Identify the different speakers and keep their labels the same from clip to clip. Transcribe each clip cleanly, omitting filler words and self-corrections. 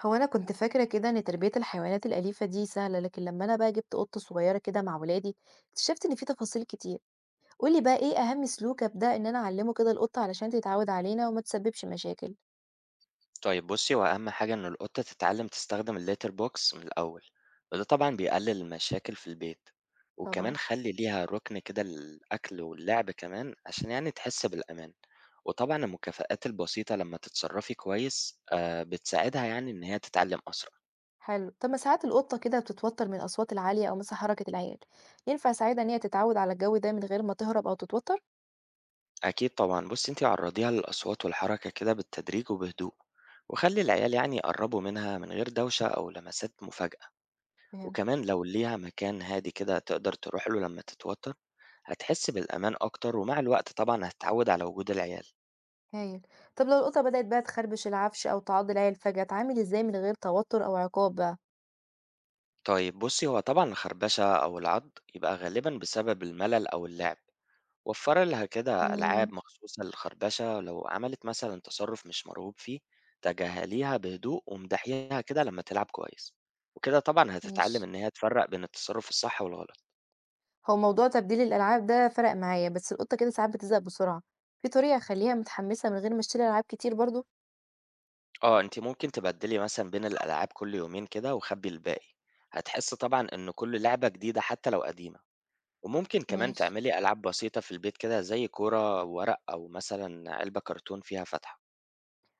Speaker 1: هو أنا كنت فاكرة كده إن تربية الحيوانات الأليفة دي سهلة، لكن لما أنا بقى جبت قطة صغيرة كده مع ولادي اكتشفت إن في تفاصيل كتير. قولي بقى إيه أهم سلوك أبدأ إن أنا أعلمه كده القطة علشان تتعود علينا وما تسببش مشاكل.
Speaker 2: طيب بُصّي، هو أهم حاجة إن القطة تتعلّم تستخدم الlitter box من الأول، وده طبعًا بيقلل المشاكل في البيت،
Speaker 1: طبعا.
Speaker 2: وكمان خلّي ليها رُكن كده للأكل واللعب كمان عشان يعني تحس بالأمان، وطبعًا المكافآت البسيطة لمّا تتصرّفي كويس بتساعدها يعني إن هي تتعلّم أسرع.
Speaker 1: حلو. طب ما ساعات القطة كده بتتوتر من الأصوات العالية أو مثلا حركة العيال، ينفع أساعدها إن هي تتعود على الجو ده من غير ما تهرب أو تتوتر؟
Speaker 2: أكيد طبعًا، بُصّي أنتِ عرّضيها للأصوات والحركة كده بالتدريج وبهدوء، وخلّي العيال يعني يقرّبوا منها من غير دوشة أو لمسات مفاجأة،
Speaker 1: فهمت.
Speaker 2: وكمان لو ليها مكان هادي كده تقدر تروح له لمّا تتوتر هتحس بالأمان أكتر ومع الوقت طبعًا هتتعود على وجود العيال.
Speaker 1: هايل. طب لو القطة بدأت بقى تخربش العفش أو تعض العيال فجأة، أتعامل إزاي من غير توتر أو عقاب بقى؟
Speaker 2: طيب بُصّي، هو طبعًا الخربشة أو العض يبقى غالبًا بسبب الملل أو اللعب، وفّري لها كده
Speaker 1: امم
Speaker 2: ألعاب مخصوصة للخربشة، ولو عملت مثلًا تصرُّف مش مرغوب فيه، تجاهليها بهدوء وامدحيها كده لمّا تلعب كويس، وكده طبعًا هتتعلّم
Speaker 1: ماشي.
Speaker 2: إن هي تفرّق بين التصرُّف الصح والغلط.
Speaker 1: هو موضوع تبديل الألعاب ده فرق معايا، بس القطة كده ساعات بتزهق بسرعة، في طريقة أخليها متحمسة من غير ما أشتري ألعاب كتير برضو؟
Speaker 2: آه، أنتِ ممكن تبدّلي مثلًا بين الألعاب كل يومين كده وخبّي الباقي، هتحس طبعًا إن كل لعبة جديدة حتى لو قديمة. وممكن كمان
Speaker 1: ماشي.
Speaker 2: تعملي ألعاب بسيطة في البيت كده زي كورة ورق أو مثلا علبة كرتون فيها فتحة.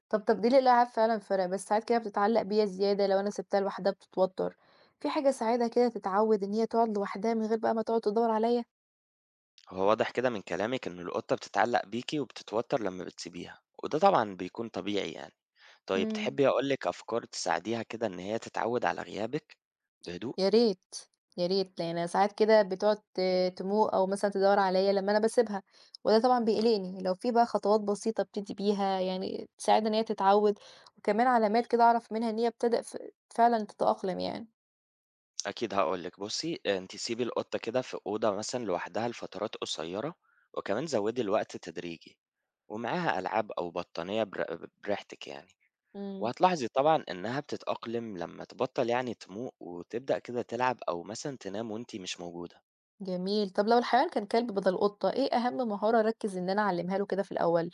Speaker 1: طب تبديل الألعاب فعلا فرق، بس ساعات كده بتتعلق بيا زيادة، لو أنا سبتها لوحدها بتتوتر. في حاجة أساعدها كده تتعود إن هي تقعد لوحدها من غير بقى ما تقعد تدور عليا؟
Speaker 2: هو واضح كده من كلامك إن القطة بتتعلق بيكي وبتتوتر لما بتسيبيها وده طبعا بيكون طبيعي يعني. طيب
Speaker 1: مم.
Speaker 2: تحبي أقولك أفكار تساعديها كده إن هي تتعود على غيابك بهدوء؟
Speaker 1: يا ريت، يا ريت، لإن أنا ساعات كده بتقعد تموق أو مثلًا تدوّر عليَّ لمّا أنا باسيبها، وده طبعًا
Speaker 2: مم.
Speaker 1: بيقلقني. لو في بقى خطوات بسيطة أبتدي بيها يعني تساعدها إن هي تتعوّد، وكمان علامات كده أعرف منها إن هي ابتدأ فعلًا تتأقلم يعني.
Speaker 2: أكيد هقولك بصي أنت سيبي القطة كده في أوضة مثلا لوحدها لفترات قصيرة، وكمان زودي الوقت تدريجي، ومعاها ألعاب أو بطانية بريحتك يعني.
Speaker 1: إمم.
Speaker 2: وهتلاحظي طبعًا إنها بتتأقلم لمّا تبطّل يعني تموق وتبدأ كده تلعب أو مثلًا تنام وأنتِ مش موجودة.
Speaker 1: جميل، طب لو الحيوان كان كلب بدل قطة، إيه أهم مهارة أركّز إن أنا أعلّمها له كده في الأول؟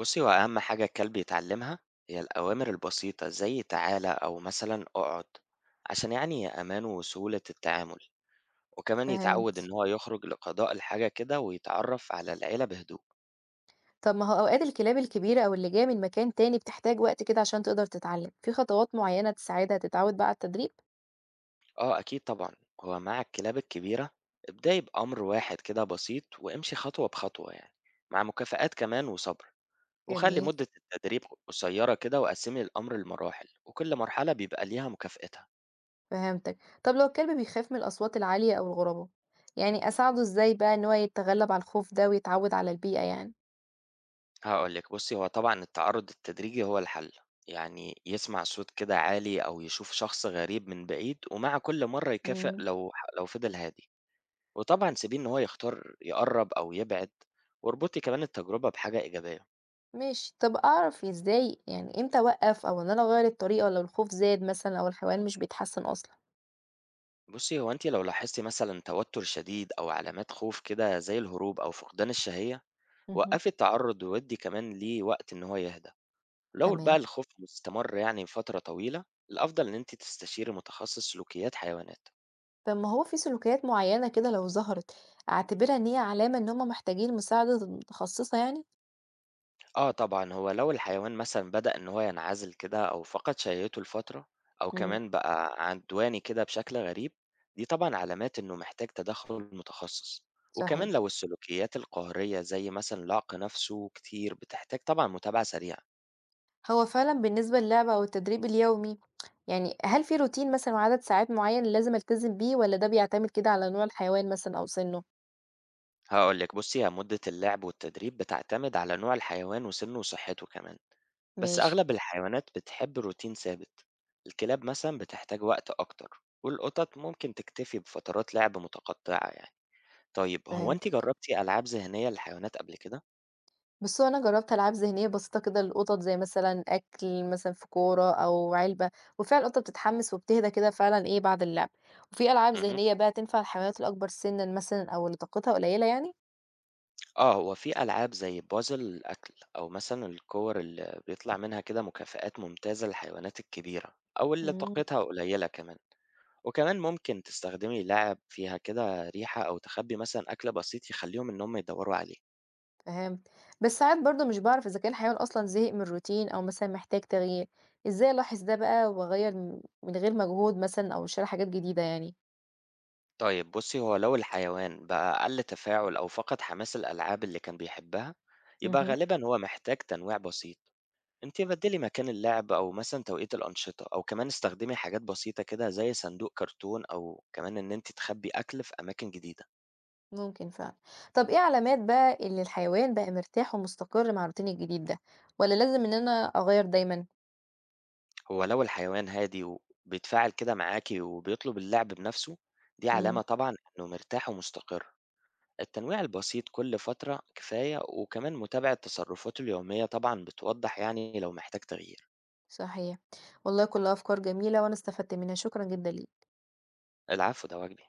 Speaker 2: بُصّي، هو أهم حاجة الكلب يتعلمها هي الأوامر البسيطة زي تعالَ أو مثلًا اقعد، عشان يعني أمان وسهولة التعامل، وكمان يتعوّد
Speaker 1: فهمت.
Speaker 2: إن هو يخرج لقضاء الحاجة كده ويتعرّف على العيلة بهدوء.
Speaker 1: طب ما هو أوقات الكلاب الكبيرة أو اللي جاية من مكان تاني بتحتاج وقت كده عشان تقدر تتعلّم، في خطوات معيّنة تساعدها تتعوّد بقى على التدريب؟
Speaker 2: آه، أكيد طبعًا، هو مع الكلاب الكبيرة ابدئي بأمر واحد كده بسيط وامشي خطوة بخطوة يعني، مع مكافآت كمان وصبر. وخلي
Speaker 1: جميل.
Speaker 2: مدة التدريب قصيرة كده وقسمي الأمر لمراحل وكل مرحلة بيبقى ليها مكافأتها.
Speaker 1: فهمتك. طب لو الكلب بيخاف من الأصوات العالية أو الغرباء، يعني أساعده إزاي بقى إن هو يتغلب على الخوف ده ويتعود على البيئة يعني؟
Speaker 2: هقولك بصي هو طبعا التعرض التدريجي هو الحل، يعني يسمع صوت كده عالي أو يشوف شخص غريب من بعيد ومع كل مرة يكافئ
Speaker 1: امم
Speaker 2: لو لو فضل هادي. وطبعا سيبيه إن هو يختار يقرب أو يبعد، واربطي كمان التجربة بحاجة إيجابية.
Speaker 1: ماشي، طب أعرف إزاي يعني إمتى أوقف أو إن أنا أغير الطريقة لو الخوف زاد مثلا أو الحيوان مش بيتحسن أصلا؟
Speaker 2: بصي هو أنت لو لاحظتي مثلا توتر شديد أو علامات خوف كده زي الهروب أو فقدان الشهية،
Speaker 1: مهم.
Speaker 2: وقفي التعرض وودي كمان ليه وقت إن هو يهدى. لو بقى
Speaker 1: تمام.
Speaker 2: الخوف مستمر يعني فترة طويلة، الأفضل إن أنت تستشيري متخصص سلوكيات حيوانات.
Speaker 1: طب ما هو في سلوكيات معينة كده لو ظهرت أعتبرها إن هي علامة إن هما محتاجين مساعدة متخصصة يعني؟
Speaker 2: آه طبعا هو لو الحيوان مثلا بدأ إن هو ينعزل كده أو فقد شهيته لفترة، أو
Speaker 1: امم
Speaker 2: كمان بقى عدواني كده بشكل غريب، دي طبعا علامات إنه محتاج تدخل متخصص.
Speaker 1: صحيح.
Speaker 2: وكمان لو السلوكيات القهرية زي مثلا العق نفسه كتير بتحتاج طبعا متابعة سريعة.
Speaker 1: هو فعلًا بالنسبة للعبة أو التدريب اليومي، يعني هل في روتين مثلًا وعدد ساعات معيّن لازم ألتزم بيه والّا ده بيعتمد كده على نوع الحيوان مثلًا أو سِنّه؟
Speaker 2: هاقول لِك بُصّي، هي مدة اللعب والتدريب بتعتمد على نوع الحيوان وسنه وصحته كمان، بس
Speaker 1: ماشي.
Speaker 2: أغلب الحيوانات بتحب روتين ثابت، الكلاب مثلًا بتحتاج وقت أكتر، والقطط ممكن تكتفي بفترات لعب متقطعة يعني. طيب هو أنتِ
Speaker 1: فهمتك.
Speaker 2: جربتِ ألعاب ذهنية للحيوانات قبل كده؟
Speaker 1: بُص، هو أنا جرّبت ألعاب ذهنية بسيطة كده للقطط زي مثلًا أكل مثلًا في كورة أو علبة، وفعلًا القطة بتتحمس وبتهدى كده فعلًا إيه بعد اللعب. وفي ألعاب
Speaker 2: اهم.
Speaker 1: ذهنية بقى تنفع الحيوانات الأكبر سِنًا مثلًا أو اللي طاقتها قليلة يعني؟
Speaker 2: آه، هو في ألعاب زي puzzle الأكل أو مثلًا الكور اللي بيطلع منها كده مكافآت ممتازة للحيوانات الكبيرة أو اللي
Speaker 1: إمم.
Speaker 2: طاقتها قليلة كمان. وكمان ممكن تستخدمي لاعب فيها كده ريحة أو تخبي مثلا أكلة بسيط يخليهم إن هم يدوروا عليه.
Speaker 1: فهمت. بس ساعات برضه مش باعرف إذا كان الحيوان أصلًا زهق من الروتين أو مثلًا محتاج تغيير، إزاي ألاحظ ده بقى وأغيّر من غير مجهود مثلًا أو أشتري حاجات جديدة يعني؟
Speaker 2: طيب بصي هو لو الحيوان بقى أقل تفاعل أو فقد حماس الألعاب اللي كان بيحبها، يبقى
Speaker 1: اهم،
Speaker 2: غالبا هو محتاج تنويع بسيط. انت بدلي مكان اللعب أو مثلا توقيت الأنشطة أو كمان استخدمي حاجات بسيطة كده زي صندوق كرتون أو كمان إن انت تخبي أكل في أماكن جديدة.
Speaker 1: ممكن فعلًا. طَب إيه علامات بقى إن الحيوان بقى مرتاح ومستقر مع الروتين الجديد ده، والّا لازم إن أنا أغيّر دايمًا؟
Speaker 2: هو لو الحيوان هادي وبيتفاعل كده معاكي وبيطلب اللعب بنفسه، دي
Speaker 1: إمم.
Speaker 2: علامة طبعا إنه مرتاح ومستقر. التنويع البسيط كل فترة كفاية وكمان متابعة تصرفاته اليومية طبعا بتوضح يعني لو محتاج تغيير.
Speaker 1: صحيح. والله كلّها أفكار جميلة وأنا استفدت منها، شكرًا جدًا ليك.
Speaker 2: العفو ده واجبي.